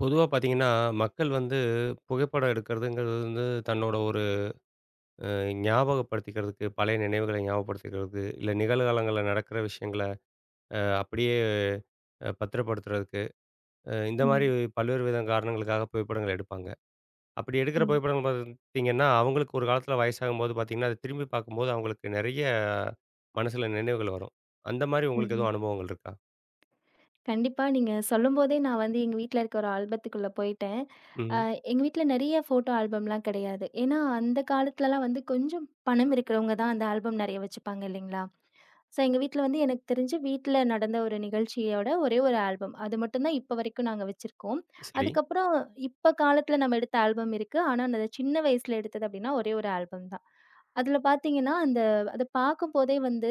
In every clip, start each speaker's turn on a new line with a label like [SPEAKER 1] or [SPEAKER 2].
[SPEAKER 1] பொதுவா பார்த்தீங்கன்னா, மக்கள் வந்து புகைப்படம் எடுக்கிறதுங்கிறது வந்து தன்னோட ஒரு அ ஞாபகப்படுத்திக்கிறதுக்கு, பழைய நினைவுகள ஞாபகப்படுத்திக்கிறதுக்கு, இல்ல நிகழ்காலங்கள்ல நடக்கிற விஷயங்கள அப்படியே பத்திரப்படுத்துறதுக்கு, இந்த மாரி
[SPEAKER 2] ம்.
[SPEAKER 1] பல்வேறு வித காரணங்களுக்காக புகைப்படங்கள் எடுப்பாங்க. அப்படி எடுக்கிற
[SPEAKER 2] ம்.
[SPEAKER 1] புகைப்படங்கள் பார்த்தீங்கன்னா, அவங்களுக்கு ஒரு காலத்தில வயசாகும்போது பார்த்தீங்கன்னா, அத திரும்பி பார்க்கும்போது அவங்களுக்கு நெறைய மனசுல நினைவுகள் வரும். அந்த மாரி
[SPEAKER 2] ம்.
[SPEAKER 1] உங்களுக்கு
[SPEAKER 2] ம்.
[SPEAKER 1] எதுவும் அனுபவங்கள் இருக்கா?
[SPEAKER 2] கண்டிப்பா நீங்க சொல்லும்போதே நான் வந்து எங்க வீட்ல இருக்க ஒரு ஆல்பத்துக்குள்ள போயிட்டேன். அ
[SPEAKER 1] ம்.
[SPEAKER 2] எங்க வீட்ல நெறைய ஃபோட்டோ ஆல்பம்லாம் கிடையாது. ஏன்னா, அந்த காலத்துலலாம் வந்து கொஞ்சம் பணம் இருக்கிறவங்க தான் அந்த ஆல்பம் நெறைய வச்சுப்பாங்க இல்லைங்களா? ஸோ எங்க வீட்ல வந்து எனக்கு தெரிஞ்சு வீட்ல நடந்த ஒரு நிகழ்ச்சியோட ஒரே ஒரு ஆல்பம். அது மட்டும் தான் இப்ப வரைக்கும் நாங்க வச்சிருக்கோம்.
[SPEAKER 1] சரி.
[SPEAKER 2] அதுக்கப்புறம் இப்ப காலத்துல நம்ம எடுத்த ஆல்பம் இருக்கு. ஆனா, அந்த சின்ன வயசுல எடுத்தது அப்படின்னா ஒரே ஒரு ஆல்பம் தான். அதுல பார்த்தீங்கன்னா, அந்த அத பார்க்கும்போதே வந்து,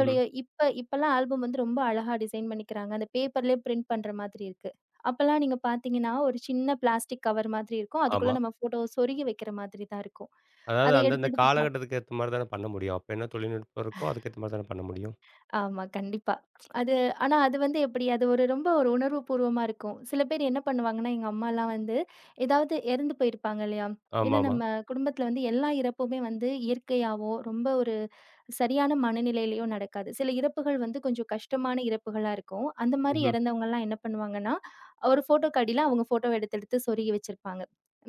[SPEAKER 1] ம்ஹ்ம்.
[SPEAKER 2] இப்ப இப்பலாம் ஆல்பம் வந்து ரொம்ப அழகா டிசைன் பண்ணிக்கிறாங்க. அந்த பேப்பர்லயே பிரிண்ட் பண்ற மாதிரி இருக்கு. அப்பலாம் நீங்க பார்த்தீங்கன்னா, ஒரு சின்ன பிளாஸ்டிக் கவர் மாதிரி இருக்கும்.
[SPEAKER 1] ஆமா.
[SPEAKER 2] அதுக்குள்ள நம்ம ஃபோட்டோவ சொருகி வைக்கிற மாதிரி தான் இருக்கும்.
[SPEAKER 1] அதாவது
[SPEAKER 2] அத
[SPEAKER 1] அந்தந்த
[SPEAKER 2] எடுத்து எடுத்து பா
[SPEAKER 1] காலகட்டத்துக்கு ஏத்த மாரி தானே பண்ண முடியும். அப்ப என்ன தொழில்நுட்பம் இருக்கோ, அதுக்கேத்த மாரி தானே பண்ண முடியும்.
[SPEAKER 2] ஆமா, கண்டிப்பா. அது ஆனா அது வந்து எப்டி, அது ஒரு ரொம்ப ஒரு உணர்வுபூர்வமா இருக்கும். சில பேர் என்ன பண்ணுவாங்கன்னா, எங்க அம்மாலாம் வந்து ஏதாவது இறந்து போயிருப்பாங்க இல்லையா? ஏன்னா
[SPEAKER 1] ஆமாமா.
[SPEAKER 2] நம்ம குடும்பத்தில வந்து எல்லா இறப்புமே வந்து இயற்கையாவோ, ரொம்ப ஒரு சரியான மனநிலையிலயோ நடக்காது. சில இறப்புகள் வந்து கொஞ்சம் கஷ்டமான இறப்புகளா இருக்கும். அந்த மாரி
[SPEAKER 1] ம்ஹ்ம்.
[SPEAKER 2] இறந்தவங்கலாம் என்ன பண்ணுவாங்கன்னா, ஒரு ஃபோட்டோக்கு அடியில அவங்க ஃபோட்டோவ எடுத்து எடுத்து சொருகி வச்சிருப்பாங்க.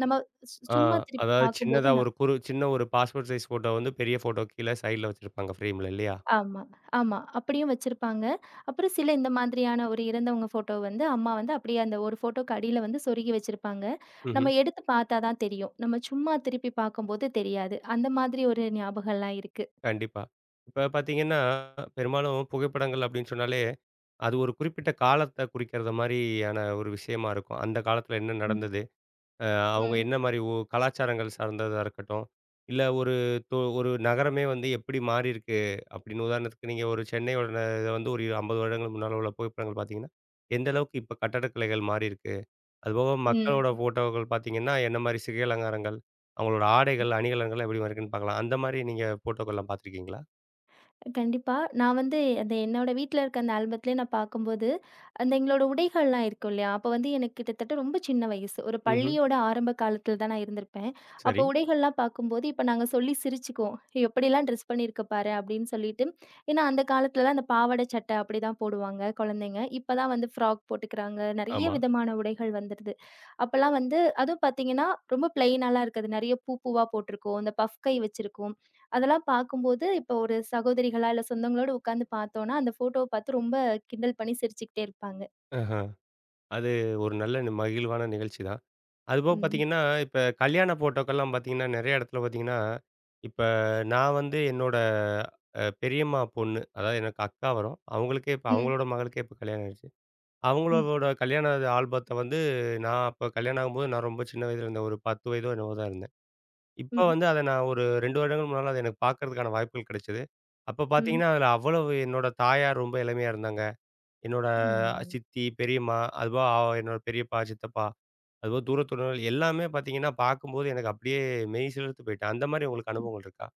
[SPEAKER 2] நம்ம சு
[SPEAKER 1] ஆ
[SPEAKER 2] சும்மா திருப்பி
[SPEAKER 1] அதாவது
[SPEAKER 2] பார்க்கும்போது
[SPEAKER 1] சின்னதா ஒரு சின்ன ஒரு பாஸ்போர்ட் சைஸ் ஃபோட்டோ வந்து பெரிய ஃபோட்டோ கீழ சைட்ல வச்சிருப்பாங்க ஃப்ரேம்ல இல்லையா?
[SPEAKER 2] ஆமா, ஆமா. அப்படியும் வச்சிருப்பாங்க. அப்புறம் சில இந்த மாதிரியான ஒரு இறந்தவங்க ஃபோட்டோ வந்து அம்மா வந்து அப்படியே அந்த ஒரு ஃபோட்டோக்கு அடியில வந்து சொருகி வச்சிருப்பாங்க.
[SPEAKER 1] ம்ஹ்ம்.
[SPEAKER 2] நம்ம எடுத்து பார்த்தா தான் தெரியும். நம்ம சும்மா திருப்பி பார்க்கும்போது தெரியாது. அந்த மாதிரி ஒரு ஞாபகம்லாம் இருக்கு.
[SPEAKER 1] கண்டிப்பா. இப்ப பார்த்தீங்கன்னா, பெரும்பாலும் புகைப்படங்கள் அப்டின்னு சொன்னாலே, அது ஒரு குறிப்பிட்ட காலத்த குறிக்கிறத மாரியான ஒரு விஷயமா இருக்கும். அந்த காலத்துல என்ன
[SPEAKER 2] ம்.
[SPEAKER 1] நடந்தது? அ அவங்க
[SPEAKER 2] ம்.
[SPEAKER 1] என்ன மாரி கலாச்சாரங்கள் சார்ந்ததா இருக்கட்டும், இல்ல ஒரு ஒரு நகரமே வந்து எப்படி மாறியிருக்கு அப்படின்னு உதாரணத்துக்கு நீங்க ஒரு சென்னையோட இத வந்து ஒரு 50 வருடங்கள் முன்னால உள்ள புகைப்படங்கள் பார்த்தீங்கன்னா, எந்த அளவுக்கு இப்ப கட்டடக்கலைகள் மாறியிருக்கு. அதுபோக மக்களோட
[SPEAKER 2] ம்.
[SPEAKER 1] ஃபோட்டோக்கள் பார்த்தீங்கன்னா, என்ன மாரி சிகை அலங்காரங்கள், அவங்களோட ஆடைகள், அணிகலன்கள் எப்படி மாறியிருக்குன்னு பார்க்கலாம். அந்த மாரி நீங்க ஃபோட்டோக்கள்லாம் பார்த்துருக்கீங்களா?
[SPEAKER 2] கண்டிப்பா. நான் வந்து அந்த என்னோட வீட்ல இருக்க அந்த ஆல்பத்திலே நான் பார்க்கும்போது, அந்த எங்களோட உடைகள்லாம் இருக்கும் இல்லையா? அப்ப வந்து எனக்கு கிட்டத்தட்ட ரொம்ப சின்ன வயசு. ஒரு
[SPEAKER 1] ம்ஹ்ம்.
[SPEAKER 2] பள்ளியோட ஆரம்ப காலத்தில தான் நான் இருந்திருப்பேன்.
[SPEAKER 1] சரி.
[SPEAKER 2] அப்போ உடைகள்லாம் பார்க்கும்போது, இப்ப நாங்க சொல்லி சிரிச்சுக்குவோம். "எப்படிலாம் ட்ரெஸ் பண்ணியிருக்க பாரு" அப்படின்னு சொல்லிட்டு. ஏன்னா அந்த காலத்துலலாம் அந்த பாவாடை, சட்டை அப்படிதான் போடுவாங்க குழந்தைங்க. இப்ப தான் வந்து ஃப்ராக் போட்டுக்கிறாங்க. நெறைய
[SPEAKER 1] ஆமா.
[SPEAKER 2] விதமான உடைகள் வந்துடுது. அப்பலாம் வந்து அதுவும் பார்த்தீங்கன்னா, ரொம்ப பிளெயினாலாம் இருக்காது. நெறைய பூ பூவா போட்டிருக்கும். இந்த பஃப் கை வச்சிருக்கும். அதெல்லாம் பார்க்கும்போது, இப்போ ஒரு சகோதரிகளா இல்ல சொந்தங்களோட உட்காந்து பார்த்தோம்னா, அந்த ஃபோட்டோவ பார்த்து ரொம்ப கிண்டல் பண்ணி சிரிச்சுக்கிட்டே இருப்பாங்க.
[SPEAKER 1] ஆஹ. அது ஒரு நல்ல மகிழ்வான நிகழ்ச்சி தான். அதுபோக
[SPEAKER 2] ம்.
[SPEAKER 1] பார்த்தீங்கன்னா, இப்ப கல்யாண போட்டோக்கெல்லாம் பார்த்தீங்கன்னா, நெறைய இடத்துல பார்த்தீங்கன்னா, இப்ப நான் வந்து என்னோட பெரியம்மா பொண்ணு, அதாவது எனக்கு அக்கா வரும். அவங்களுக்கே இப்ப
[SPEAKER 2] ம்.
[SPEAKER 1] அவங்களோட மகளுக்கே இப்ப கல்யாணம் ஆயிடுச்சு.
[SPEAKER 2] ம்.
[SPEAKER 1] அவங்களோட கல்யாண ஆல்பத்த வந்து நான் அப்ப கல்யாணம் ஆகும்போது நான் ரொம்ப சின்ன வயதில இருந்தேன். ஒரு 10 வயதோ என்னவோ தான் இருந்தேன். இப்ப
[SPEAKER 2] ம்.
[SPEAKER 1] வந்து அத நான் ஒரு 2 வருடங்கள் முன்னால அத எனக்கு பார்க்கறதுக்கான வாய்ப்புகள் கிடைச்சது. அப்ப
[SPEAKER 2] ம்.
[SPEAKER 1] பார்த்தீங்கன்னா, அதுல அவ்வளவு என்னோட தாயார் ரொம்ப இளமையா இருந்தாங்க. என்னோட
[SPEAKER 2] ம்.
[SPEAKER 1] சித்தி, பெரியம்மா, அதுபோக என்னோட பெரியப்பா, சித்தப்பா அதுபோக தூரத்துறவினர்கள் எல்லாமே பார்த்தீங்கன்னா, பார்க்கும்போது எனக்கு அப்படியே மெய் சிலிர்த்து போயிட்டேன். அந்த மாரி உங்களுக்கு அனுபவங்கள் இருக்கா?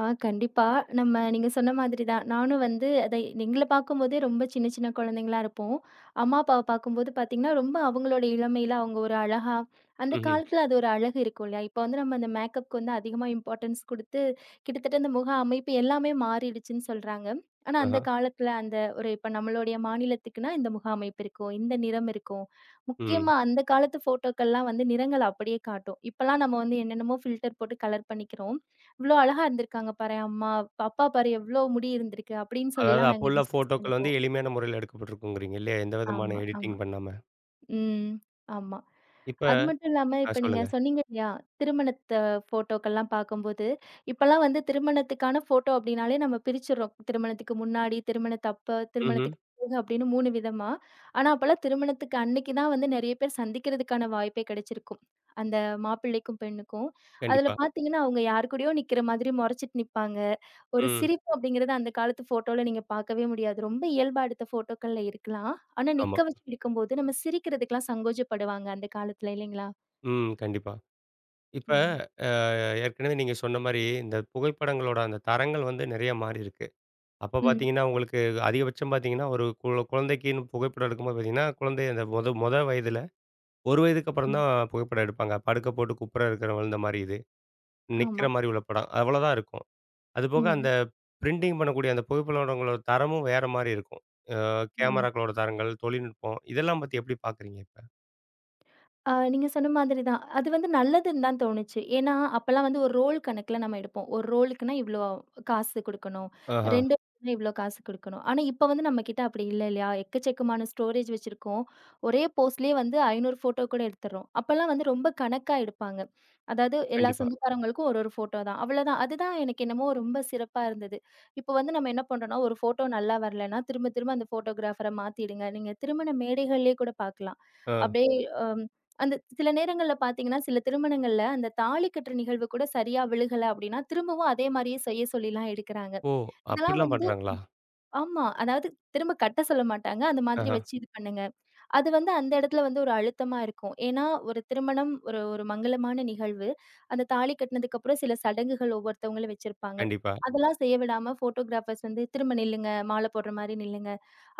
[SPEAKER 2] ஆ கண்டிப்பா. நம்ம நீங்க சொன்ன மாதிரி தான். நானும் வந்து அதை எங்கள பார்க்கும்போதே ரொம்ப சின்ன சின்ன குழந்தைங்களா இருப்போம். அம்மா, அப்பாவ பார்க்கும்போது பார்த்தீங்கன்னா, ரொம்ப அவங்களோட இளமையில அவங்க ஒரு அழகா அந்த
[SPEAKER 1] ம்ஹ்ம்.
[SPEAKER 2] காலத்தில அது ஒரு அழகு இருக்கும் இல்லையா? இப்போ வந்து நம்ம அந்த மேக்கப்க்கு வந்து அதிகமா இம்பார்ட்டன்ஸ் குடுத்து, கிட்டத்தட்ட இந்த முக அமைப்பு எல்லாமே மாறிடுச்சுன்னு சொல்றாங்க. ஆனா, அந்த
[SPEAKER 1] ஆஹா.
[SPEAKER 2] காலத்தில அந்த ஒரு இப்ப நம்மளுடைய மாநிலத்துக்குன்னா, இந்த முக அமைப்பு இருக்கும். இந்த நிறம் இருக்கும்.
[SPEAKER 1] ம்.
[SPEAKER 2] முக்கியமா அந்த காலத்து ஃபோட்டோக்கள்லாம் வந்து நிறங்கள் அப்படியே காட்டும். இப்பலாம் நம்ம வந்து என்னென்னமோ ஃபில்டர் போட்டு கலர் பண்ணிக்கிறோம். இவ்ளோ அழகா இருந்திருக்காங்க பாரேன் அம்மா. அப்பா பாரு எவ்ளோ முடி இருந்திருக்கு அப்படின்னு
[SPEAKER 1] அதாவது
[SPEAKER 2] சொல்லிலாம்
[SPEAKER 1] அப்போ
[SPEAKER 2] நாங்க
[SPEAKER 1] உள்ள
[SPEAKER 2] டிஸ்கஸ்
[SPEAKER 1] ஃபோட்டோக்கள் வந்து
[SPEAKER 2] பண்ணிக்குவோம்.
[SPEAKER 1] எளிமையான முறையில எடுக்கப்பட்டிருக்குங்கிறீங்க இல்லையா? எந்த விதமான
[SPEAKER 2] ஆமா, ஆமா.
[SPEAKER 1] எடிட்டிங் பண்ணாம.
[SPEAKER 2] ம். ஆமா.
[SPEAKER 1] இப்ப
[SPEAKER 2] அது மட்டும் இல்லாம
[SPEAKER 1] ஆ
[SPEAKER 2] இப்ப நீங்க
[SPEAKER 1] சொல்லுங்க.
[SPEAKER 2] சொன்னீங்க இல்லையா? திருமணத்த ஃபோட்டோக்கெல்லாம் பார்க்கும்போது, இப்பல்லாம் வந்து திருமணத்துக்கான ஃபோட்டோ அப்படின்னாலே நம்ம பிரிச்சுடுறோம். திருமணத்துக்கு முன்னாடி, திருமணத்தப்ப,
[SPEAKER 1] ம்ஹ்ம்.
[SPEAKER 2] திருமணத்துக்கு பிறகு அப்படின்னு 3 விதமா. ஆனா அப்பல்லாம் திருமணத்துக்கு அன்னைக்கு தான் வந்து நெறைய பேர் சந்திக்கிறதுக்கான வாய்ப்பே கிடைச்சிருக்கும். அந்த மாப்பிள்ளைக்கும், பெண்ணுக்கும். அதுல
[SPEAKER 1] கண்டிப்பா.
[SPEAKER 2] பார்த்தீங்கன்னா அவங்க யார் கூடயோ நிக்கிற மாதிரி முறைச்சிட்டு நிப்பாங்க. ஒரு
[SPEAKER 1] ம்.
[SPEAKER 2] சிரிப்பு அப்படிங்கிறது அந்த காலத்து ஃபோட்டோல நீங்க பார்க்கவே முடியாது. ரொம்ப இயல்பா எடுத்த ஃபோட்டோக்கள்ல இருக்கலாம். ஆனா,
[SPEAKER 1] ஆமா.
[SPEAKER 2] நிக்க வச்சு எடுக்கும்போது நம்ம சிரிக்கிறதுக்கெல்லாம் சங்கோஜப்படுவாங்க அந்த காலத்துல இல்லைங்களா?
[SPEAKER 1] ம். கண்டிப்பா. இப்ப
[SPEAKER 2] ம்.
[SPEAKER 1] அ ஏற்கனவே நீங்க சொன்ன மாரி, இந்த புகைப்படங்களோட அந்த தரங்கள் வந்து நெறைய மாறியிருக்கு. அப்ப
[SPEAKER 2] ம்.
[SPEAKER 1] பார்த்தீங்கன்னா, உங்களுக்கு அதிகபட்சம் பார்த்தீங்கன்னா, ஒரு குழந்தைக்குன்னு புகைப்படம் எடுக்கும்போது பார்த்தீங்கன்னா, குழந்தை அந்த மொத மொத வயதில ஒரு வயதுக்கு அப்புறம்
[SPEAKER 2] ம்.
[SPEAKER 1] தான் புகைப்படம் எடுப்பாங்க. படுக்க போட்டு குப்புற இருக்கிறவன் இந்த மாரி இது. நிக்கிற
[SPEAKER 2] ஆமா.
[SPEAKER 1] மாரி உள்ள படம். அவ்வளோதான் இருக்கும். அதுபோக அந்த
[SPEAKER 2] ம்.
[SPEAKER 1] பிரிண்டிங் பண்ணக்கூடிய அந்த புகைப்படங்களோட தரமும் வேற மாரி இருக்கும். அ
[SPEAKER 2] ம்.
[SPEAKER 1] கேமராக்களோட தரங்கள், தொழில்நுட்பம் இதெல்லாம் பத்தி எப்படி பார்க்குறீங்க இப்ப?
[SPEAKER 2] ஆ நீங்க சொன்ன மாதிரி தான். அது வந்து நல்லதுன்னு தான் தோணுச்சு. ஏன்னா, அப்பலாம் வந்து ஒரு ரோல் கணக்குல நம்ம எடுப்போம். ஒரு ரோலுக்குன்னா இவ்ளோ காசு குடுக்கணும்.
[SPEAKER 1] ஆஹா.
[SPEAKER 2] 2 ரோல்னா இவ்ளோ காசு குடுக்கணும். ஆனா, இப்ப வந்து நம்ம கிட்ட அப்படி இல்ல இல்லையா? எக்கச்சக்கமான ஸ்டோரேஜ் வச்சிருக்கோம். ஒரே போஸ்ட்லயே வந்து 500 ஃபோட்டோ கூட எடுத்துர்றோம். அப்பலாம் வந்து ரொம்ப கணக்கா எடுப்பாங்க. அதாவது எல்லா
[SPEAKER 1] கண்டிப்பா.
[SPEAKER 2] சொந்தக்காரவங்களுக்கும் ஒரு ஒரு ஃபோட்டோ தான். அவ்வளோதான். அதுதான் எனக்கு என்னமோ ரொம்ப சிறப்பா இருந்தது. இப்போ வந்து நம்ம என்ன பண்றோம்னா, ஒரு ஃபோட்டோ நல்லா வரலன்னா, திரும்ப திரும்ப அந்த ஃபோட்டோகிராஃபர மாத்திடுங்க. நீங்க திருமண மேடைகள்லயே கூட பாக்கலாம்.
[SPEAKER 1] ஆ.
[SPEAKER 2] அப்படியே அ அந்த சில நேரங்கள்ல பார்த்தீங்கன்னா, சில திருமணங்கள்ல அந்த தாலி கட்டுற நிகழ்வு கூட சரியா விழுகல அப்படின்னா, திரும்பவும் அதே மாரியே செய்ய சொல்லிலாம் எடுக்குறாங்க.
[SPEAKER 1] ஓ!
[SPEAKER 2] இதெல்லாம்
[SPEAKER 1] அப்படிலாம்
[SPEAKER 2] வந்து
[SPEAKER 1] பண்றாங்களா?
[SPEAKER 2] ஆமா. அதாவது திரும்ப கட்ட சொல்ல மாட்டாங்க. அந்த மாதிரி
[SPEAKER 1] ஆஹா.
[SPEAKER 2] வச்சு இது பண்ணுங்க. அது வந்து அந்த இடத்துல வந்து ஒரு அழுத்தமா இருக்கும். ஏன்னா, ஒரு திருமணம் ஒரு ஒரு மங்களமான நிகழ்வு. அந்த தாலி கட்டினதுக்கு அப்புறம் சில சடங்குகள் ஒவ்வொருத்தவங்களும் வச்சிருப்பாங்க.
[SPEAKER 1] கண்டிப்பா,
[SPEAKER 2] அதெல்லாம் செய்ய விடாம ஃபோட்டோகிராஃபர்ஸ் வந்து திரும்ப நில்லுங்க, மாலை போடுற மாரி நில்லுங்க.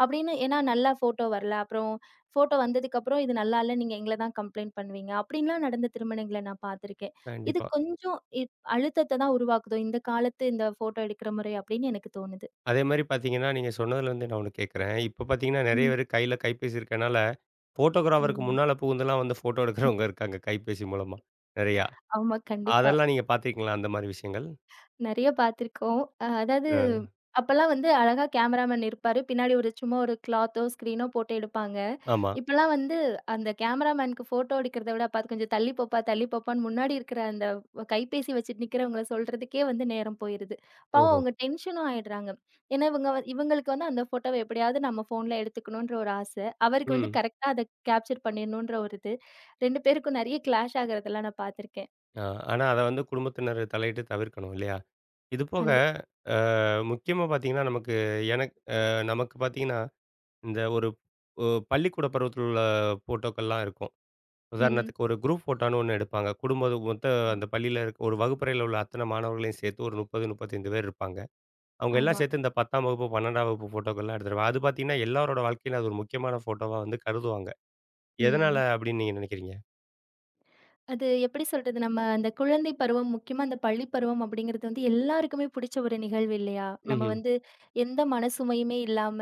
[SPEAKER 2] அப்படின்னு ஏன்னா நல்லா ஃபோட்டோ வரல. அப்புறம் ஃபோட்டோ வந்ததுக்கப்புறம் இது நல்லா இல்ல. நீங்க எங்கள தான் கம்ப்ளைண்ட் பண்ணுவீங்க. அப்படின்லாம் நடந்த திருமணங்கள நான் பார்த்துருக்கேன். இது
[SPEAKER 1] கண்டிப்பா.
[SPEAKER 2] கொஞ்சம் இப் அழுத்தத்த தான் உருவாக்குதோ, இந்த காலத்து இந்த ஃபோட்டோ எடுக்கிற முறை அப்படின்னு எனக்கு தோணுது.
[SPEAKER 1] அதே மாரி பார்த்தீங்கன்னா, நீங்க சொன்னதுலேருந்து நான் ஒண்ணு கேட்குறேன். இப்ப பார்த்தீங்கன்னா, நெறைய
[SPEAKER 2] ம்,
[SPEAKER 1] பேரு கையில கைபேசி இருக்கனால, ஃபோட்டோகிராஃபருக்கு
[SPEAKER 2] ம்.
[SPEAKER 1] முன்னால புகுந்துலாம் வந்து ஃபோட்டோ எடுக்கிறவங்க இருக்காங்க கைபேசி மூலமா. நெறையா.
[SPEAKER 2] ஆமா, கண்டிப்பா.
[SPEAKER 1] அதெல்லாம் நீங்க பார்த்துருக்கீங்களா அந்த மாரி விஷயங்கள்?
[SPEAKER 2] நெறைய பார்த்துருக்கோம். அதாவது
[SPEAKER 1] அ,
[SPEAKER 2] அப்பலாம் வந்து அழகா கேமராமேன் இருப்பாரு. பின்னாடி ஒரு சும்மா ஒரு கிளாத்தோ, ஸ்க்ரீனோ போட்டு எடுப்பாங்க.
[SPEAKER 1] ஆமா.
[SPEAKER 2] இப்பலாம் வந்து அந்த கேமராமேனுக்கு ஃபோட்டோ எடுக்கிறத விட, "அப்பா அது கொஞ்சம் தள்ளி போப்பா, தள்ளி போப்பான்னு" முன்னாடி இருக்கிற அந்த கைபேசி வச்சுட்டு நிக்கிறவங்கள சொல்றதுக்கே வந்து நேரம் போயிருது. பாவம்
[SPEAKER 1] ஓஹோ!
[SPEAKER 2] அவங்க டென்ஷனும் ஆயிடுறாங்க. ஏன்னா இவங்களுக்கு வந்து அந்த ஃபோட்டோவ எப்படியாவது நம்ம ஃபோன்ல எடுத்துக்கணுன்ற ஒரு ஆச. அவருக்கு வந்து
[SPEAKER 1] ம்.
[SPEAKER 2] கரெக்ட்டா அத கேப்சர் பண்ணிடணுன்ற ஒரு இது. 2 பேருக்கும் நெறைய கிளாஷ் ஆகுறதெல்லாம் நான் பார்த்துருக்கேன்.
[SPEAKER 1] அ ஆனா அத வந்து குடும்பத்தினர் தலையிட்டு தவிர்க்கணும் இல்லையா? இது போக
[SPEAKER 2] கண்டிப்
[SPEAKER 1] அ முக்கியமா பார்த்தீங்கன்னா, எனக்கு நமக்கு பார்த்தீங்கன்னா, இந்த ஒரு ஒ பள்ளிக்கூட பருவத்தில் உள்ள ஃபோட்டோக்கள்லாம் இருக்கும்.
[SPEAKER 2] ம்.
[SPEAKER 1] உதாரணத்துக்கு ஒரு குரூப் ஃபோட்டோன்னு ஒண்ணு எடுப்பாங்க. குடும்பம் மொத்த அந்த பள்ளியில இருக்க ஒரு வகுப்பறையில உள்ள அத்தனை மாணவர்களையும் சேர்த்து ஒரு 30, 35 பேர் இருப்பாங்க. அவங்க எல்லாம்
[SPEAKER 2] ஆமா.
[SPEAKER 1] சேர்த்து இந்த 10ஆம் வகுப்பு, 12ஆம் வகுப்பு ஃபோட்டோக்கள்லாம் எடுத்துருப்பாங்க. அது பார்த்தீங்கன்னா, எல்லாரோட வாழ்க்கையிலும் அது ஒரு முக்கியமான ஃபோட்டோவா வந்து கருதுவாங்க. எதனால
[SPEAKER 2] ம்.
[SPEAKER 1] அப்படின்னு நீங்க நினைக்கிறீங்க?
[SPEAKER 2] அது எப்படி சொல்றது? நம்ம அந்த குழந்தை பருவம், முக்கியமா அந்த பள்ளி பருவம் அப்படிங்கிறது வந்து எல்லாருக்குமே பிடிச்ச ஒரு நிகழ்வு இல்லையா? நம்ம
[SPEAKER 1] ம்ஹ்ம்.
[SPEAKER 2] வந்து எந்த மனசுமையுமே இல்லாம,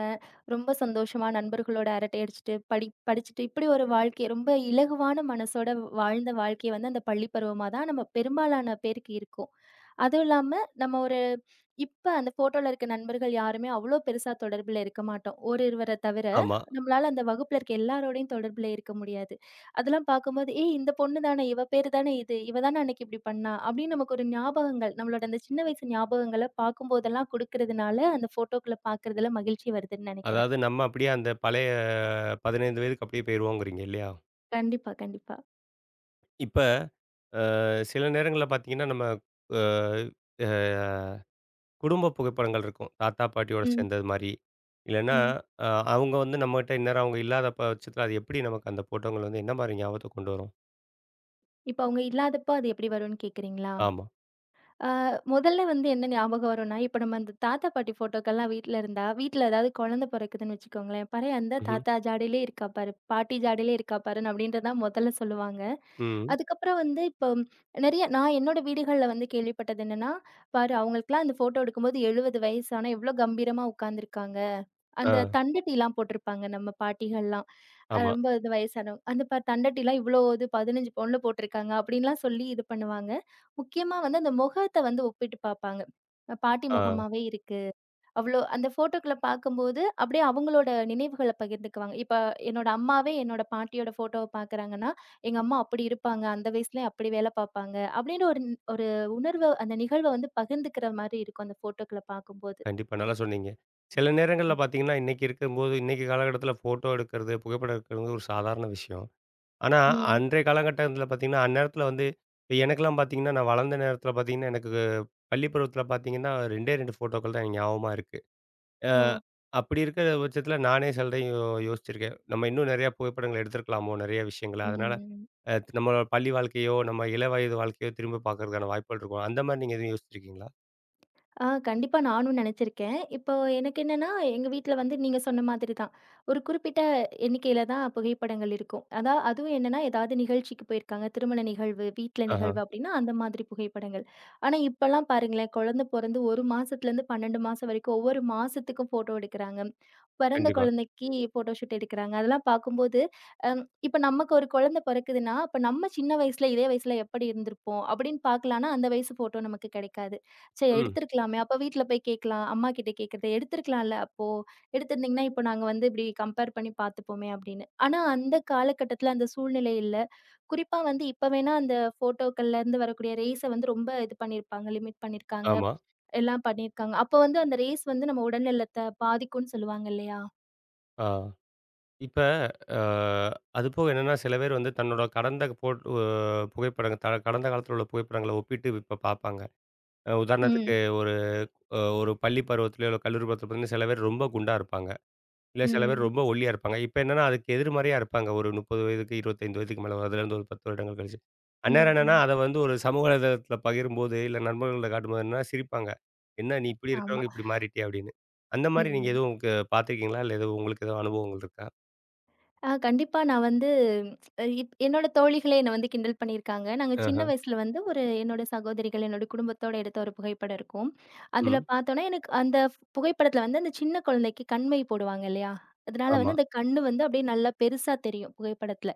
[SPEAKER 2] ரொம்ப சந்தோஷமா நண்பர்களோட அரட்டை அடிச்சுட்டு, படி படிச்சுட்டு இப்படி ஒரு வாழ்க்கை ரொம்ப இலகுவான மனசோட வாழ்ந்த வாழ்க்கை வந்து அந்த பள்ளி பருவமா தான் நம்ம பெரும்பாலான பேருக்கு இருக்கும். அதுவும் இல்லாம நம்ம ஒரு இப்ப அந்த ஃபோட்டோல இருக்க நண்பர்கள் யாருமே அவ்வளோ பெருசா தொடர்புல இருக்க மாட்டோம். ஓரிருவர தவிர,
[SPEAKER 1] ஆமா.
[SPEAKER 2] நம்மளால அந்த வகுப்புல இருக்க எல்லாரோடையும் தொடர்புல இருக்க முடியாது. அதெல்லாம் பார்க்கும்போது, "ஏய்! இந்த பொண்ணு தானே! இவ பேரு தானே இது! இவ தானே அன்னைக்கு இப்படி பண்ணா!" அப்படின்னு நமக்கு ஒரு ஞாபகங்கள், நம்மளோட அந்த சின்ன வயசு ஞாபகங்கள பார்க்கும்போதெல்லாம் குடுக்கிறதுனால, அந்த ஃபோட்டோக்கள பார்க்கறதுல மகிழ்ச்சி வருதுன்னு நெனைக்கிறேன்.
[SPEAKER 1] அதாவது நம்ம அப்படியே அந்த பழைய 15 வயதுக்கு அப்படியே போயிருவோங்கிறீங்க இல்லையா?
[SPEAKER 2] கண்டிப்பா, கண்டிப்பா.
[SPEAKER 1] இப்ப அ சில நேரங்கள்ல பார்த்தீங்கன்னா, நம்ம அ அ குடும்ப புகைப்படங்கள் இருக்கும். தாத்தா, பாட்டியோட
[SPEAKER 2] ம்,
[SPEAKER 1] சேர்ந்தது மாரி. இல்லன்னா
[SPEAKER 2] ம்.
[SPEAKER 1] அ அவங்க வந்து நம்மகிட்ட இந்நேரம் அவங்க இல்லாத பட்சத்தில அது எப்படி நமக்கு அந்த ஃபோட்டோங்கள் வந்து என்ன மாரி ஞாபகத்த கொண்டு வரும்?
[SPEAKER 2] இப்ப அவங்க இல்லாதப்போ அது எப்படி வரும்னு கேட்கிறீங்களா?
[SPEAKER 1] ஆமா.
[SPEAKER 2] ஆ, முதல்ல வந்து என்ன ஞாபகம் வரும்னா, இப்ப நம்ம அந்த தாத்தா, பாட்டி ஃபோட்டோக்கெல்லாம் வீட்ல இருந்தா, வீட்ல ஏதாவது குழந்தை பொறக்குதுன்னு வச்சுக்கோங்களேன். "பாரு அந்த
[SPEAKER 1] ம்ஹ்ம்.
[SPEAKER 2] தாத்தா ஜாடையிலே இருக்கா பாரு, பாட்டி ஜாடையிலே இருக்கா பாருன்னு" அப்படின்றது தான் முதல்ல சொல்லுவாங்க.
[SPEAKER 1] ம்.
[SPEAKER 2] அதுக்கப்புறம் வந்து இப்போ நிறைய நான் என்னோட வீடுகள்ல வந்து கேள்விப்பட்டது என்னன்னா, "பாரு அவங்களுக்கெல்லாம் அந்த ஃபோட்டோ எடுக்கும்போது 70 வயசு ஆனா எவ்வளோ கம்பீரமா உட்காந்துருக்காங்க. அந்த
[SPEAKER 1] ஆ.
[SPEAKER 2] தண்டட்டிலாம் போட்டிருப்பாங்க நம்ம பாட்டிகள்லாம்.
[SPEAKER 1] ஆமா.
[SPEAKER 2] ரொம்ப இது வயசானவங்க. அந்த தண்டட்டிலாம் இவ்ளோ இது 15 பவுன்ல போட்டிருக்காங்க அப்டின்லாம் சொல்லி இது பண்ணுவாங்க. முக்கியமா வந்து அந்த முகத்த வந்து ஒப்பிட்டு பாப்பாங்க. பாட்டி
[SPEAKER 1] ஆ.
[SPEAKER 2] முகமாவே இருக்கு. அவ்ளோ அந்த ஃபோட்டோக்குள்ள பாக்கும்போது அப்டியே அவங்களோட நினைவுகள பகிர்ந்துக்குவாங்க. இப்ப என்னோட அம்மாவே என்னோட பாட்டியோட ஃபோட்டோவ பாக்குறாங்கன்னா, எங்க அம்மா அப்டி இருப்பாங்க. அந்த வயசுலயே அப்டி வேல பாப்பாங்க. அப்டின்னு ஒரு உணர்வ அந்த நிகழ்வ வந்து பகிர்ந்துக்கிற மாரி இருக்கும் அந்த ஃபோட்டோக்கள பாக்கும்போது.
[SPEAKER 1] கண்டிப்பா. நல்லா சொன்னீங்க. சில நேரங்கள்ல பார்த்தீங்கன்னா, இன்னைக்கு இருக்கும்போது இன்னைக்கு காலகட்டத்தில ஃபோட்டோ எடுக்கிறது, புகைப்படம் எடுக்கிறது ஒரு சாதாரண விஷயம். ஆனா,
[SPEAKER 2] ம்.
[SPEAKER 1] அன்றைய காலகட்டத்தில பார்த்தீங்கன்னா, அந்நேரத்தில வந்து இப்ப எனக்கெல்லாம் பார்த்தீங்கன்னா, நான் வளர்ந்த நேரத்தில பார்த்தீங்கன்னா, எனக்கு பள்ளி பருவத்தில பார்த்தீங்கன்னா, 2டே 2 ஃபோட்டோக்கள் தான் எனக்கு ஞாபகமா இருக்கு. அ
[SPEAKER 2] ஓ!
[SPEAKER 1] அப்படி இருக்கிற பட்சத்தில நானே சில டைம் யோசிச்சிருக்கேன். நம்ம இன்னும் நிறைய புகைப்படங்கள் எடுத்திருக்கலாமோ, நிறைய விஷயங்கள. அதனால
[SPEAKER 2] ம்.
[SPEAKER 1] நம்மளோட பள்ளி வாழ்க்கையோ, நம்ம இள வயது வாழ்க்கையோ திரும்ப பார்க்கறதுக்கான வாய்ப்புகள் இருக்கும். அந்த மாரி நீங்க எதுவும் யோசிச்சிருக்கீங்களா?
[SPEAKER 2] ஆ கண்டிப்பா நானும் நெனச்சிருக்கேன். இப்போ எனக்கு என்னன்னா, எங்க வீட்ல வந்து நீங்க சொன்ன மாதிரி தான். ஒரு குறிப்பிட்ட எண்ணிக்கையில தான் புகைப்படங்கள் இருக்கும். அதுவும் என்னன்னா, ஏதாவது நிகழ்ச்சிக்கு போயிருக்காங்க. திருமண நிகழ்வு, வீட்ல
[SPEAKER 1] ஆஹா.
[SPEAKER 2] நிகழ்வு அப்டின்னா, அந்த மாதிரி புகைப்படங்கள். ஆனா, இப்பலாம் பாருங்களேன், குழந்தை பொறந்து 1 மாசத்துலேருந்து 12 மாசம் வரைக்கும் ஒவ்வொரு மாசத்துக்கும் ஃபோட்டோ எடுக்குறாங்க. பிறந்த
[SPEAKER 1] கண்டிப்பா.
[SPEAKER 2] குழந்தைக்கு ஃபோட்டோ ஷூட் எடுக்குறாங்க. அதெல்லாம் பார்க்கும்போது, இப்ப நமக்கு ஒரு குழந்தை பொறக்குதுன்னா, அப்ப நம்ம சின்ன வயசுல, இதே வயசுல எப்படி இருந்திருப்போம்? அப்டின்னு பார்க்கலான்னா, அந்த வயசு ஃபோட்டோ நமக்கு கெடைக்காது. சரி
[SPEAKER 1] ம்.
[SPEAKER 2] எடுத்திருக்கலாமே! அப்ப வீட்ல போய் கேட்கலாம். அம்மாகிட்ட கேட்கறது எடுத்திருக்கலாம்ல அப்போ! எடுத்திருந்தீங்கன்னா, இப்போ நாங்க வந்து இப்படி கம்பேர் பண்ணி பார்த்துப்போமே அப்படின்னு. ஆனா அந்த காலகட்டத்தில அந்த சூழ்நிலை இல்ல. குறிப்பா வந்து இப்ப வேணா அந்த ஃபோட்டோக்கள்லேருந்து வரக்கூடிய ரேஸ வந்து ரொம்ப இது பண்ணியிருப்பாங்க. லிமிட் பண்ணியிருக்காங்க.
[SPEAKER 1] ஆமா.
[SPEAKER 2] எல்லாம் பண்ணியிருக்காங்க. அப்போ வந்து அந்த ரேஸ் வந்து நம்ம உடல்நலத்த பாதிக்கும்ன்னு சொல்லுவாங்க இல்லையா?
[SPEAKER 1] ஆ. இப்ப அ அது போக என்னன்னா, சில பேர் வந்து தன்னோட கடந்த போட் அ புகைப்படங்கள் கடந்த காலத்துல உள்ள புகைப்படங்கள ஒப்பிட்டு இப்ப பார்ப்பாங்க. உதாரணத்துக்கு
[SPEAKER 2] ம்,
[SPEAKER 1] ஒரு ஒரு பள்ளி பருவத்திலயோ, இல்ல கல்லூரி பருவத்தில பார்த்தீங்கன்னா, சில பேர் ரொம்ப குண்டா இருப்பாங்க. இல்ல சில பேர்
[SPEAKER 2] ம்,
[SPEAKER 1] ரொம்ப ஒல்லியா இருப்பாங்க. இப்ப என்னன்னா, அதுக்கு எதிர்மாரியா இருப்பாங்க. ஒரு 30 வயதுக்கு, 25 வயதுக்கு மேல அதுலேருந்து ஒரு 10 வருடங்கள் கழிச்சு. அந்நேரம்
[SPEAKER 2] ம்,
[SPEAKER 1] என்னன்னா,
[SPEAKER 2] ம்.
[SPEAKER 1] அத வந்து ஒரு சமூக வலைதளத்தில பகிரும்போது, இல்ல நண்பர்கள்ட்ட காட்டும்போது என்னன்னா சிரிப்பாங்க. "என்ன நீ இப்பிடி
[SPEAKER 2] ஆமா.
[SPEAKER 1] இருக்கிறவங்க இப்பிடி மாறிட்டியா?" அப்பிடின்னு. அந்தமாரி நீங்க
[SPEAKER 2] ம்.
[SPEAKER 1] எதுவும் பார்த்துருக்கீங்களா? இல்ல எதுவும் உங்களுக்கு எதுவும் அனுபவங்கள் இருக்கா?
[SPEAKER 2] ஆ கண்டிப்பா. நான் வந்து இப் என்னோட தோழிகளே என்ன வந்து கிண்டல் பண்ணியிருக்காங்க. நாங்க
[SPEAKER 1] ஆஹ.
[SPEAKER 2] சின்ன வயசுல வந்து ஒரு என்னோட சகோதரிகள், என்னோட குடும்பத்தோட எடுத்த ஒரு புகைப்படம் இருக்கும். ம். அதுல
[SPEAKER 1] ம்.
[SPEAKER 2] பார்த்தோன்னா, எனக்கு அந்த புகைப்படத்துல வந்து அந்த சின்ன குழந்தைக்கு கண்மை போடுவாங்க இல்லையா? அதனால
[SPEAKER 1] ஆமா.
[SPEAKER 2] வந்து அந்த கண்ணு வந்து அப்படியே நல்லா பெருசா தெரியும் புகைப்படத்துல.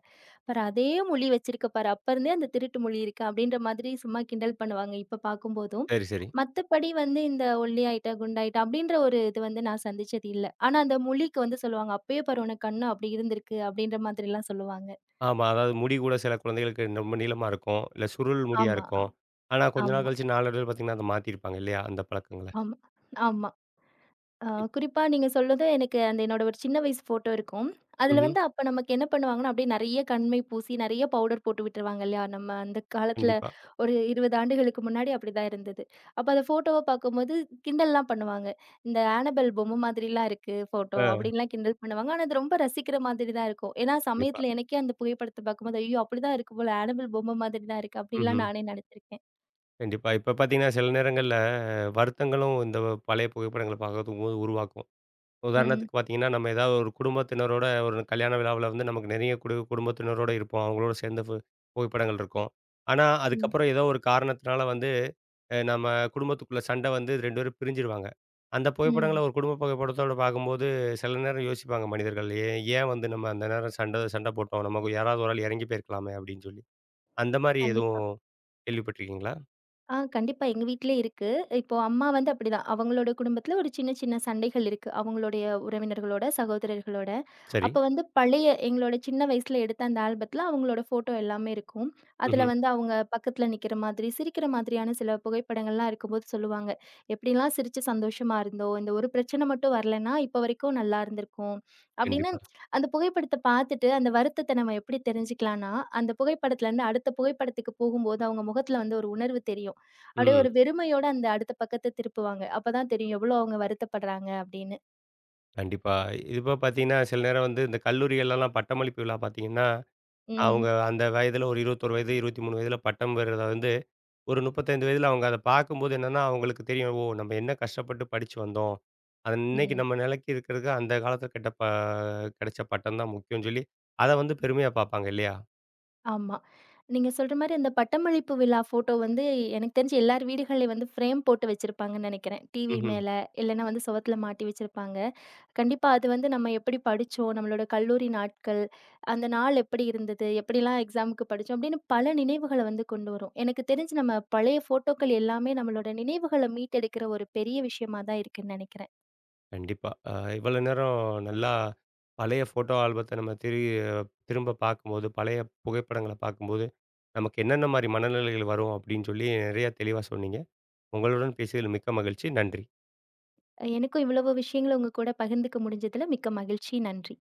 [SPEAKER 2] பாரு அதே மொழி வச்சிருக்க பாரு. அப்ப இருந்தே அந்த திருட்டு மொழி இருக்கு அப்படின்ற மாதிரி சும்மா கிண்டல் பண்ணுவாங்க இப்ப பார்க்கும்போதும்.
[SPEAKER 1] சரி, சரி.
[SPEAKER 2] மத்தபடி வந்து இந்த ஒல்லியாயிட்ட, குண்டாயிட்ட அப்படின்ற ஒரு இது வந்து நான் சந்திச்சது இல்ல. ஆனா அந்த மொழிக்கு வந்து சொல்லுவாங்க. அப்பயே பாரு உனக்கு கண்ணு அப்படி இருந்திருக்கு அப்படின்ற மாதிரிலாம் சொல்லுவாங்க.
[SPEAKER 1] ஆமா. அதாவது முடி கூட சில குழந்தைகளுக்கு ரொம்ப நீளமா இருக்கும். இல்ல சுருள் முடியா
[SPEAKER 2] ஆமா,
[SPEAKER 1] இருக்கும். ஆனா கொஞ்ச நாள்
[SPEAKER 2] ஆமா,
[SPEAKER 1] கழிச்சு நாளடைவுல பார்த்தீங்கன்னா, அத மாத்தியிருப்பாங்க இல்லையா? அந்த பழக்கங்கள.
[SPEAKER 2] ஆமா, ஆமா. ஆ குறிப்பா நீங்க சொல்றது எனக்கு அந்த என்னோட ஒரு சின்ன வயசு ஃபோட்டோ இருக்கும். அதுல
[SPEAKER 1] ம்ஹ்ம்.
[SPEAKER 2] வந்து அப்ப நமக்கு என்ன பண்ணுவாங்கன்னா, அப்படியே நெறைய கண்மை பூசி, நெறைய பவுடர் போட்டு விட்டுருவாங்க இல்லையா? நம்ம அந்த காலத்துல
[SPEAKER 1] கண்டிப்பா.
[SPEAKER 2] ஒரு 20 ஆண்டுகளுக்கு முன்னாடி அப்படிதான் இருந்தது. அப்ப அந்த ஃபோட்டோவ பார்க்கும்போது கிண்டல்லாம் பண்ணுவாங்க. இந்த ஆனபெல் பொம்மை மாதிரிலாம் இருக்கு ஃபோட்டோ
[SPEAKER 1] ஆ
[SPEAKER 2] அப்படின்லாம் கிண்டல் பண்ணுவாங்க. ஆனா, அது ரொம்ப ரசிக்கிற மாதிரி தான் இருக்கும். ஏன்னா,
[SPEAKER 1] கண்டிப்பா.
[SPEAKER 2] சமயத்துல எனக்கே அந்த புகைப்படத்த பார்க்கும்போது, ஐயோ! அப்படிதான் இருக்கு போல ஆனபெல் பொம்மை மாதிரி தான் இருக்கு. அப்படின்லாம்
[SPEAKER 1] ம்ஹ்ம்.
[SPEAKER 2] நானே நெனச்சிருக்கேன்.
[SPEAKER 1] கண்டிப்பா. இப்ப பார்த்தீங்கன்னா, சில நேரங்கள்ல வருத்தங்களும் இந்த பழைய புகைப்படங்கள பார்க்கும்போது உருவாக்கும்.
[SPEAKER 2] ம்,
[SPEAKER 1] உதாரணத்துக்கு பார்த்தீங்கன்னா, நம்ம ஏதாவது ஒரு குடும்பத்தினரோட ஒரு கல்யாண விழாவுல வந்து நமக்கு நெறைய குடும்பத்தினரோட இருப்போம். அவங்களோட சேர்ந்த புகைப்படங்கள் இருக்கும். ஆனா,
[SPEAKER 2] ம்,
[SPEAKER 1] அதுக்கப்புறம் ஏதோ ஒரு காரணத்தினால வந்து நம்ம குடும்பத்துக்குள்ள சண்டை வந்து 2 பேரும் பிரிஞ்சிருவாங்க. அந்த புகைப்படங்கள
[SPEAKER 2] ம்.
[SPEAKER 1] ஒரு குடும்ப புகைப்படத்தோட பார்க்கும்போது, சில நேரம் யோசிப்பாங்க மனிதர்கள். ஏன் ஏன் வந்து நம்ம அந்த நேரம் சண்டை சண்டை போட்டோம். நமக்கு யாராவது ஒரு ஆள் இறங்கி போயிருக்கலாமே அப்படின்னு சொல்லி. அந்த மாரி
[SPEAKER 2] கண்டிப்பா.
[SPEAKER 1] எதுவும் கேள்விப்பட்டுருக்கீங்களா?
[SPEAKER 2] ஆ கண்டிப்பா. எங்க வீட்லயே இருக்கு. இப்போ அம்மா வந்து அப்படிதான். அவங்களோட குடும்பத்தில ஒரு சின்ன சின்ன சண்டைகள் இருக்கு. அவங்களுடைய உறவினர்களோட, சகோதரர்களோட.
[SPEAKER 1] சரி.
[SPEAKER 2] அப்ப வந்து பழைய எங்களோட சின்ன வயசுல எடுத்த அந்த ஆல்பத்தில அவங்களோட ஃபோட்டோ எல்லாமே இருக்கும். அதில
[SPEAKER 1] ம்ஹ்ம்.
[SPEAKER 2] வந்து அவங்க பக்கத்தில நிக்கிற மாதிரி, சிரிக்கிற மாதிரியான சில புகைப்படங்கள்லாம் இருக்கும்போது சொல்லுவாங்க. "எப்படிலாம் சிரிச்சு சந்தோஷமா இருந்தோம். இந்த ஒரு பிரச்சனை மட்டும் வரலன்னா, இப்ப வரைக்கும் நல்லா இருந்திருக்கும்." அப்படின்னு
[SPEAKER 1] கண்டிப்பா.
[SPEAKER 2] அந்த புகைப்படத்த பார்த்துட்டு அந்த வருத்தத்த நம்ம எப்படி தெரிஞ்சுக்கலாம்ன்னா, அந்த புகைப்படத்துலருந்து அடுத்த புகைப்படத்துக்கு போகும்போது அவங்க முகத்தில வந்து ஒரு உணர்வு தெரியும். அப்படியே
[SPEAKER 1] ம்.
[SPEAKER 2] ஒரு வெறுமையோட அந்த அடுத்த பக்கத்த திருப்புவாங்க. அப்பதான் தெரியும் எவ்வளோ அவங்க வருத்தப்படுறாங்க அப்படின்னு.
[SPEAKER 1] கண்டிப்பா. இதுபோக பார்த்தீங்கன்னா, சில நேரம் வந்து இந்த கல்லூரிகள்லலாம் பட்டமளிப்பு விழா பார்த்தீங்கன்னா, அவங்க
[SPEAKER 2] ம்.
[SPEAKER 1] அந்த வயதில ஒரு 21 வயது, 23 வயதில பட்டம் பெறுறத வந்து, ஒரு 35 வயதில அவங்க அத பார்க்கும்போது என்னன்னா, அவங்களுக்கு தெரியும். ஓ! நம்ம என்ன கஷ்டப்பட்டு படிச்சு வந்தோம். அது இன்னைக்கு
[SPEAKER 2] ம்.
[SPEAKER 1] நம்ம நிலைக்கு இருக்கிறதுக்கு அந்த காலத்துல கெட்ட கிடைச்ச பட்டம் தான் முக்கியம்னு சொல்லி, அத வந்து பெருமையா பார்ப்பாங்க இல்லையா?
[SPEAKER 2] ஆமா. நீங்க சொல்ற மாரி அந்த பட்டமளிப்பு விழா ஃபோட்டோ வந்து எனக்கு தெரிஞ்சு எல்லார் வீடுகள்லயும் வந்து ஃப்ரேம் போட்டு வச்சிருப்பாங்கன்னு நெனைக்கிறேன். டிவி
[SPEAKER 1] ம்ஹ்ம்.
[SPEAKER 2] மேல இல்லன்னா வந்து சுவத்துல மாட்டி வச்சிருப்பாங்க. கண்டிப்பா அது வந்து நம்ம எப்படி படிச்சோம், நம்மளோட கல்லூரி நாட்கள், அந்த நாள் எப்படி இருந்தது, எப்படிலாம் எக்ஸாமுக்கு படிச்சோம் அப்படின்னு பல நினைவுகள வந்து கொண்டு வரும். எனக்கு தெரிஞ்சு நம்ம பழைய ஃபோட்டோக்கள் எல்லாமே நம்மளோட நினைவுகள மீட்டெடுக்கிற ஒரு பெரிய விஷயமா தான் இருக்குன்னு நெனைக்கிறேன்.
[SPEAKER 1] கண்டிப்பா. இவ்வளோ நேரம் நல்லா பழைய ஃபோட்டோ ஆல்பத்த நம்ம திரும்ப பார்க்கும்போது, பழைய புகைப்படங்கள பார்க்கும்போது, நமக்கு என்னென்ன மாரி மனநிலைகள் வரும் அப்படின்னு சொல்லி, நிறைய தெளிவா சொன்னீங்க. உங்களுடன் பேசியதில் மிக்க மகிழ்ச்சி. நன்றி.
[SPEAKER 2] எனக்கும் இவ்வளவு விஷயங்கள உங்க கூட பகிர்ந்துக்க முடிஞ்சதுல மிக்க மகிழ்ச்சி. நன்றி.